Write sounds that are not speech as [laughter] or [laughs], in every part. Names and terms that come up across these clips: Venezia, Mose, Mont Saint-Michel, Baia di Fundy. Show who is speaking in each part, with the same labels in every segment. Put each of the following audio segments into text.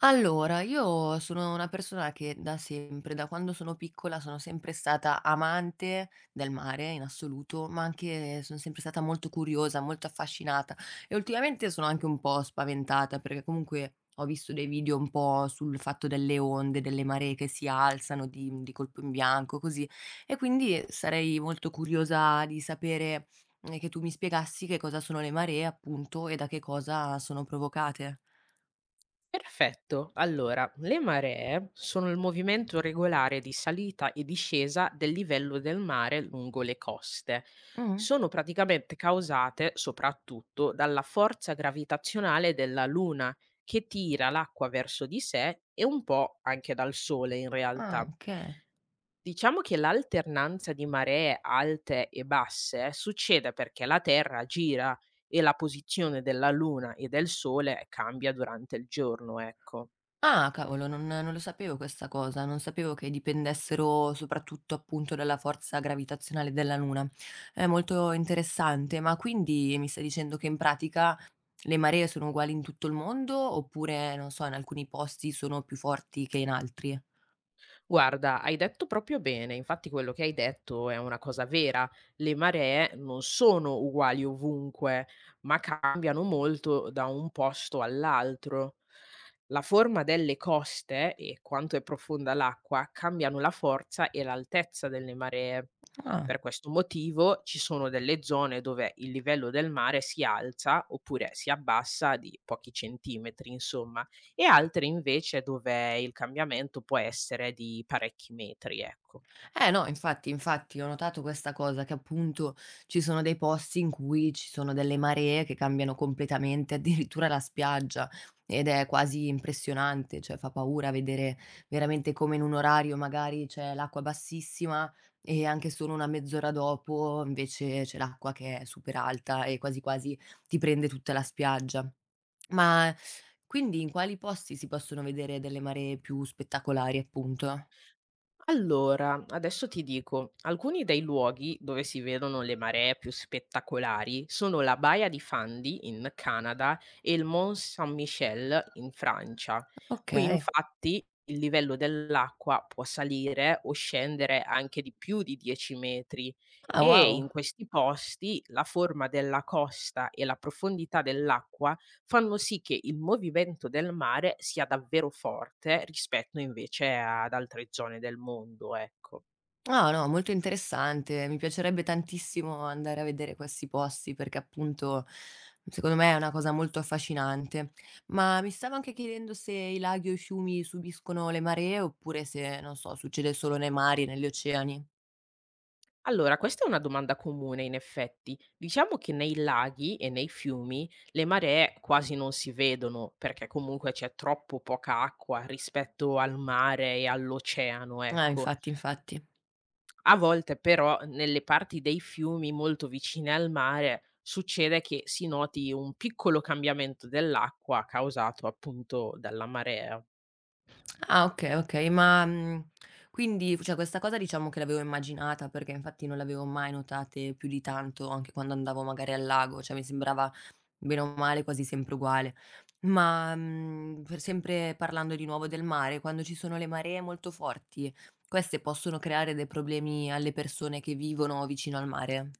Speaker 1: Allora, io sono una persona che da sempre, da quando sono piccola, sono sempre stata amante del mare in assoluto, ma anche sono sempre stata molto curiosa, molto affascinata e ultimamente sono anche un po' spaventata perché comunque ho visto dei video un po' sul fatto delle onde, delle maree che si alzano di colpo in bianco, così. E quindi sarei molto curiosa di sapere, che tu mi spiegassi che cosa sono le maree, appunto, e da che cosa sono provocate.
Speaker 2: Perfetto. Allora, le maree sono il movimento regolare di salita e discesa del livello del mare lungo le coste.
Speaker 1: Mm.
Speaker 2: Sono praticamente causate soprattutto dalla forza gravitazionale della Luna che tira l'acqua verso di sé e un po' anche dal Sole in
Speaker 1: Ah,
Speaker 2: realtà.
Speaker 1: okay.
Speaker 2: Diciamo che l'alternanza di maree alte e basse succede perché la Terra gira e la posizione della Luna e del Sole cambia durante il giorno, ecco.
Speaker 1: Ah, cavolo, non lo sapevo questa cosa, non sapevo che dipendessero soprattutto, appunto, dalla forza gravitazionale della Luna. È molto interessante, ma quindi mi stai dicendo che in pratica le maree sono uguali in tutto il mondo oppure, non so, in alcuni posti sono più forti che in altri?
Speaker 2: Guarda, hai detto proprio bene, infatti quello che hai detto è una cosa vera, le maree non sono uguali ovunque, ma cambiano molto da un posto all'altro. La forma delle coste e quanto è profonda l'acqua cambiano la forza e l'altezza delle maree.
Speaker 1: Ah.
Speaker 2: Per questo motivo ci sono delle zone dove il livello del mare si alza oppure si abbassa di pochi centimetri, insomma, e altre invece dove il cambiamento può essere di parecchi metri, ecco.
Speaker 1: Eh no, infatti, infatti ho notato questa cosa, che appunto ci sono dei posti in cui ci sono delle maree che cambiano completamente addirittura la spiaggia ed è quasi impressionante, cioè fa paura vedere veramente come in un orario magari c'è l'acqua bassissima e anche solo una mezz'ora dopo invece c'è l'acqua che è super alta e quasi quasi ti prende tutta la spiaggia. Ma quindi in quali posti si possono vedere delle maree più spettacolari appunto?
Speaker 2: Allora, adesso ti dico, alcuni dei luoghi dove si vedono le maree più spettacolari sono la Baia di Fundy in Canada e il Mont Saint-Michel in Francia. Qui
Speaker 1: Okay.
Speaker 2: infatti il livello dell'acqua può salire o scendere anche di più di 10 metri
Speaker 1: Ah,
Speaker 2: e
Speaker 1: wow.
Speaker 2: in questi posti la forma della costa e la profondità dell'acqua fanno sì che il movimento del mare sia davvero forte rispetto invece ad altre zone del mondo, ecco.
Speaker 1: No, no, molto interessante. Mi piacerebbe tantissimo andare a vedere questi posti perché appunto secondo me è una cosa molto affascinante. Ma mi stavo anche chiedendo se i laghi o i fiumi subiscono le maree oppure se, non so, succede solo nei mari, e negli oceani.
Speaker 2: Allora, questa è una domanda comune in effetti. Diciamo che nei laghi e nei fiumi le maree quasi non si vedono perché comunque c'è troppo poca acqua rispetto al mare e all'oceano,
Speaker 1: Ah,
Speaker 2: ecco.
Speaker 1: infatti, infatti.
Speaker 2: A volte però nelle parti dei fiumi molto vicine al mare succede che si noti un piccolo cambiamento dell'acqua causato appunto dalla marea.
Speaker 1: Ah, ok, ok, ma quindi cioè, questa cosa diciamo che l'avevo immaginata perché infatti non l'avevo mai notate più di tanto anche quando andavo magari al lago, cioè mi sembrava bene o male quasi sempre uguale. Ma, per sempre parlando di nuovo del mare, quando ci sono le maree molto forti, queste possono creare dei problemi alle persone che vivono vicino al mare?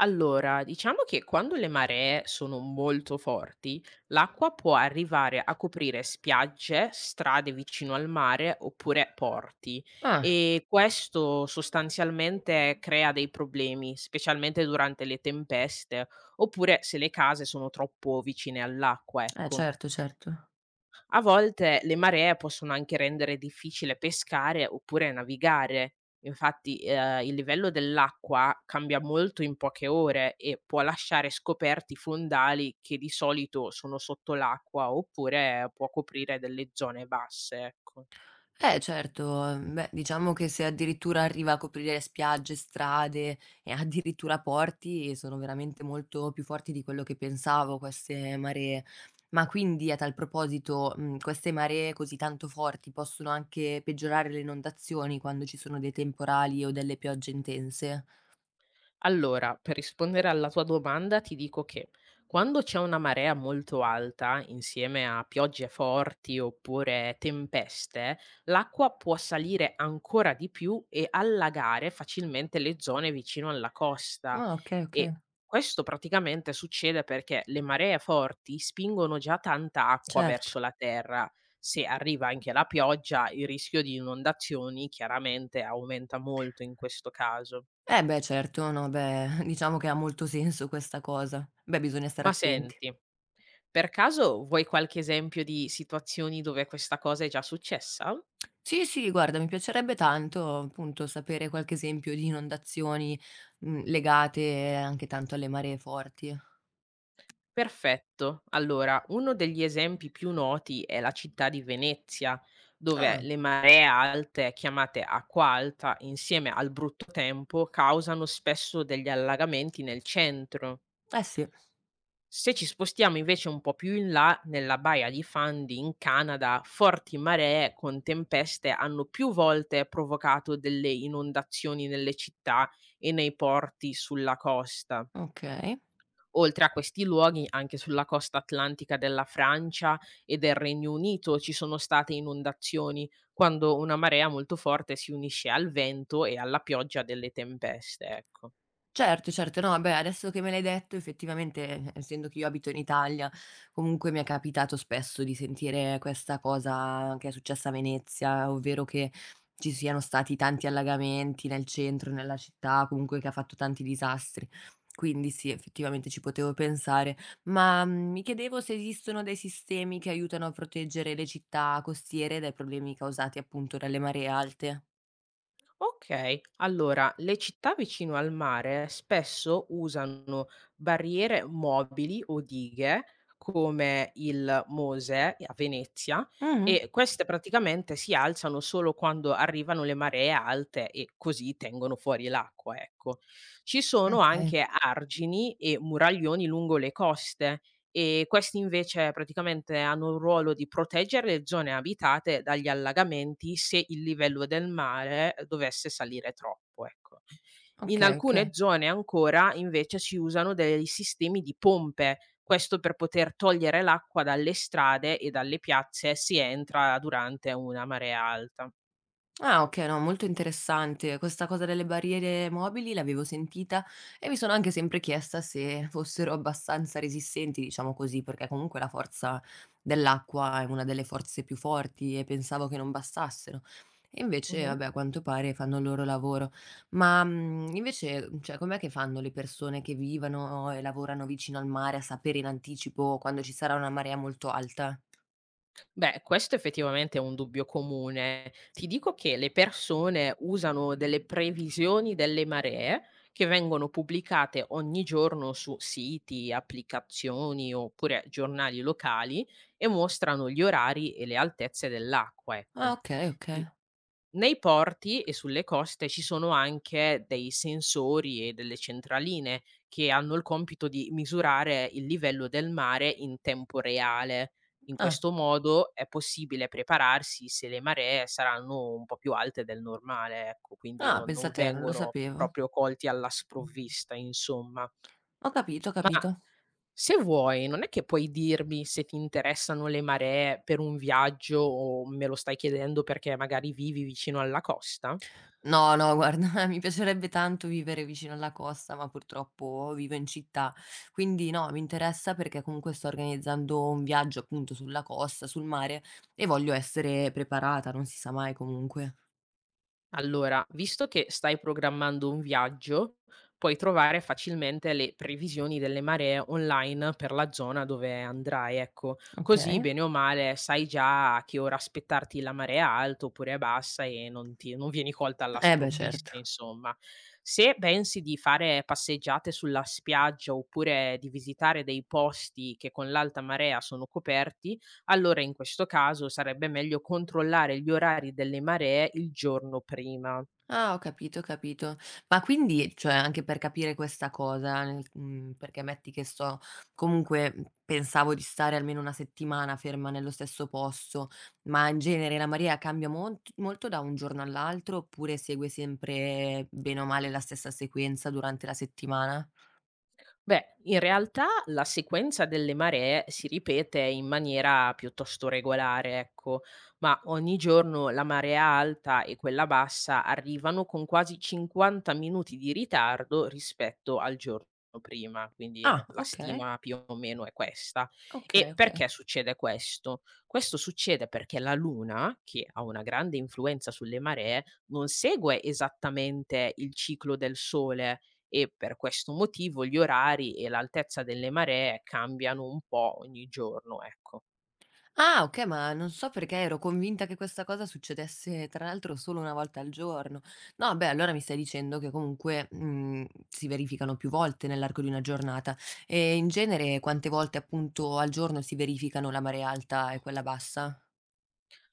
Speaker 2: Allora, diciamo che quando le maree sono molto forti, l'acqua può arrivare a coprire spiagge, strade vicino al mare oppure porti
Speaker 1: Ah.
Speaker 2: e questo sostanzialmente crea dei problemi, specialmente durante le tempeste oppure se le case sono troppo vicine all'acqua,
Speaker 1: Eh
Speaker 2: ecco.
Speaker 1: certo, certo.
Speaker 2: A volte le maree possono anche rendere difficile pescare oppure navigare. Infatti, il livello dell'acqua cambia molto in poche ore e può lasciare scoperti fondali che di solito sono sotto l'acqua oppure può coprire delle zone basse, ecco.
Speaker 1: Eh certo, beh, diciamo che se addirittura arriva a coprire spiagge, strade e [laughs] addirittura porti, sono veramente molto più forti di quello che pensavo queste maree. Ma quindi a tal proposito, queste maree così tanto forti possono anche peggiorare le inondazioni quando ci sono dei temporali o delle piogge intense?
Speaker 2: Allora, per rispondere alla tua domanda, ti dico che quando c'è una marea molto alta, insieme a piogge forti oppure tempeste, l'acqua può salire ancora di più e allagare facilmente le zone vicino alla costa.
Speaker 1: Ah, okay, okay,
Speaker 2: E questo praticamente succede perché le maree forti spingono già tanta acqua verso
Speaker 1: certo.
Speaker 2: la terra. Se arriva anche la pioggia, il rischio di inondazioni chiaramente aumenta molto in questo caso.
Speaker 1: Eh beh certo, no beh, [laughs] diciamo che ha molto senso questa cosa. Beh, bisogna stare
Speaker 2: Ma
Speaker 1: attenti.
Speaker 2: senti, per caso vuoi qualche esempio di situazioni dove questa cosa è già successa?
Speaker 1: Sì, sì, guarda, mi piacerebbe tanto, appunto, sapere qualche esempio di inondazioni, legate anche tanto alle maree forti.
Speaker 2: Perfetto. Allora, uno degli esempi più noti è la città di Venezia, dove
Speaker 1: Ah.
Speaker 2: le maree alte, chiamate acqua alta, insieme al brutto tempo, causano spesso degli allagamenti nel centro.
Speaker 1: Eh sì,
Speaker 2: Se ci spostiamo invece un po' più in là, nella baia di Fundy in Canada, forti maree con tempeste hanno più volte provocato delle inondazioni nelle città e nei porti sulla costa.
Speaker 1: okay.
Speaker 2: Oltre a questi luoghi, anche sulla costa atlantica della Francia e del Regno Unito ci sono state inondazioni, quando una marea molto forte si unisce al vento e alla pioggia delle tempeste, ecco.
Speaker 1: Certo, certo. No, beh, adesso che me l'hai detto effettivamente, essendo che io abito in Italia, comunque mi è capitato spesso di sentire questa cosa che è successa a Venezia, ovvero che ci siano stati tanti allagamenti nel centro, nella città, comunque che ha fatto tanti disastri. Quindi sì, effettivamente ci potevo pensare, ma, mi chiedevo se esistono dei sistemi che aiutano a proteggere le città costiere dai problemi causati appunto dalle maree alte.
Speaker 2: Okay, allora le città vicino al mare spesso usano barriere mobili o dighe, come il Mose a Venezia,
Speaker 1: Mh-mh.
Speaker 2: e queste praticamente si alzano solo quando arrivano le maree alte e così tengono fuori l'acqua, ecco. Ci sono
Speaker 1: Okay,
Speaker 2: anche argini e muraglioni lungo le coste e questi invece praticamente hanno un ruolo di proteggere le zone abitate dagli allagamenti se il livello del mare dovesse salire troppo, ecco. In
Speaker 1: okay,
Speaker 2: alcune
Speaker 1: okay.
Speaker 2: zone ancora invece si usano dei sistemi di pompe, questo per poter togliere l'acqua dalle strade e dalle piazze se entra durante una marea alta.
Speaker 1: Ah, okay, no, molto interessante. Questa cosa delle barriere mobili l'avevo sentita e mi sono anche sempre chiesta se fossero abbastanza resistenti, diciamo così, perché comunque la forza dell'acqua è una delle forze più forti e pensavo che non bastassero. E invece
Speaker 2: Mh-mh.
Speaker 1: vabbè, a quanto pare fanno il loro lavoro. Ma, invece, cioè com'è che fanno le persone che vivono e lavorano vicino al mare a sapere in anticipo quando ci sarà una marea molto alta?
Speaker 2: Beh, questo effettivamente è un dubbio comune. Ti dico che le persone usano delle previsioni delle maree che vengono pubblicate ogni giorno su siti, applicazioni oppure giornali locali e mostrano gli orari e le altezze dell'acqua,
Speaker 1: Ah,
Speaker 2: ecco.
Speaker 1: okay,
Speaker 2: N-
Speaker 1: okay.
Speaker 2: Nei porti e sulle coste ci sono anche dei sensori e delle centraline che hanno il compito di misurare il livello del mare in tempo reale, in
Speaker 1: Ah,
Speaker 2: questo modo è possibile prepararsi se le maree saranno un po' più alte del normale, ecco, quindi
Speaker 1: ah,
Speaker 2: non
Speaker 1: pensa te, non lo
Speaker 2: vengono
Speaker 1: sapevo.
Speaker 2: proprio colti alla sprovvista, insomma.
Speaker 1: Ho capito, ho
Speaker 2: Ma
Speaker 1: capito.
Speaker 2: se vuoi, non è che puoi dirmi se ti interessano le maree per un viaggio o me lo stai chiedendo perché magari vivi vicino alla costa?
Speaker 1: No, no, guarda, [laughs] mi piacerebbe tanto vivere vicino alla costa, ma purtroppo vivo in città. Quindi no, mi interessa perché comunque sto organizzando un viaggio appunto sulla costa, sul mare e voglio essere preparata, non si sa mai comunque.
Speaker 2: Allora, visto che stai programmando un viaggio, puoi trovare facilmente le previsioni delle maree online per la zona dove andrai, ecco. Così,
Speaker 1: Okay.
Speaker 2: bene o male, sai già a che ora aspettarti la marea alta oppure bassa e non vieni colta alla
Speaker 1: Eh beh, certo.
Speaker 2: sprovvista, insomma. Se pensi di fare passeggiate sulla spiaggia oppure di visitare dei posti che con l'alta marea sono coperti, allora in questo caso sarebbe meglio controllare gli orari delle maree il giorno prima.
Speaker 1: Ah, ho capito, ho capito. Ma quindi, cioè anche per capire questa cosa, nel perché metti che so, comunque, pensavo di stare almeno 1 settimana ferma nello stesso posto, ma in genere la marea cambia mont molto da un giorno all'altro, oppure segue sempre bene o male la stessa sequenza durante la settimana?
Speaker 2: Beh, in realtà la sequenza delle maree si ripete in maniera piuttosto regolare, ecco, ma ogni giorno la marea alta e quella bassa arrivano con quasi 50 minuti di ritardo rispetto al giorno prima, quindi
Speaker 1: Ah,
Speaker 2: la
Speaker 1: okay,
Speaker 2: stima più o meno è questa. E
Speaker 1: okay, okay.
Speaker 2: perché succede questo? Questo succede perché la Luna, che ha una grande influenza sulle maree, non segue esattamente il ciclo del Sole, e per questo motivo gli orari e l'altezza delle maree cambiano un po' ogni giorno, ecco.
Speaker 1: Ah, okay, ma non so perché ero convinta che questa cosa succedesse tra l'altro solo 1 volta al giorno. No, beh, allora mi stai dicendo che comunque, si verificano più volte nell'arco di una giornata. E in genere quante volte appunto al giorno si verificano la marea alta e quella bassa?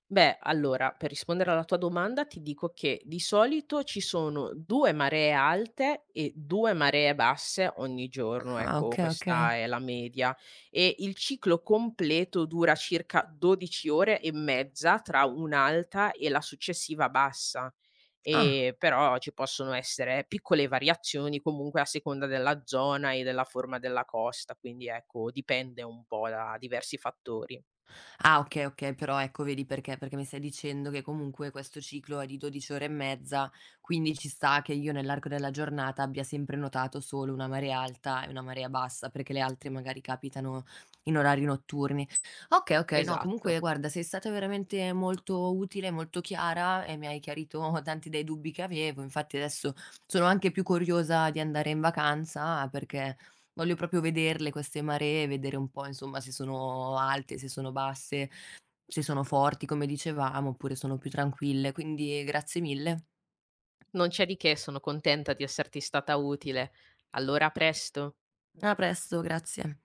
Speaker 2: Beh, allora, per rispondere alla tua domanda ti dico che di solito ci sono 2 maree alte e 2 maree basse ogni giorno,
Speaker 1: Ah,
Speaker 2: ecco,
Speaker 1: okay, okay.
Speaker 2: questa è la media, e il ciclo completo dura circa 12 ore e mezza tra un'alta e la successiva bassa.
Speaker 1: Ah.
Speaker 2: Però ci possono essere piccole variazioni comunque a seconda della zona e della forma della costa, quindi ecco, dipende un po' da diversi fattori.
Speaker 1: Ah, okay, okay, però ecco vedi perché mi stai dicendo che comunque questo ciclo è di 12 ore e mezza, quindi ci sta che io nell'arco della giornata abbia sempre notato solo una marea alta e una marea bassa, perché le altre magari capitano in orari notturni. Okay, okay, no
Speaker 2: Esatto.
Speaker 1: comunque guarda sei stata veramente molto utile, molto chiara e mi hai chiarito tanti dei dubbi che avevo. Infatti adesso sono anche più curiosa di andare in vacanza perché voglio proprio vederle queste maree, vedere un po' insomma se sono alte, se sono basse, se sono forti come dicevamo, oppure sono più tranquille. Quindi grazie mille.
Speaker 2: Non c'è di che, sono contenta di esserti stata utile. Allora a presto.
Speaker 1: A presto, grazie.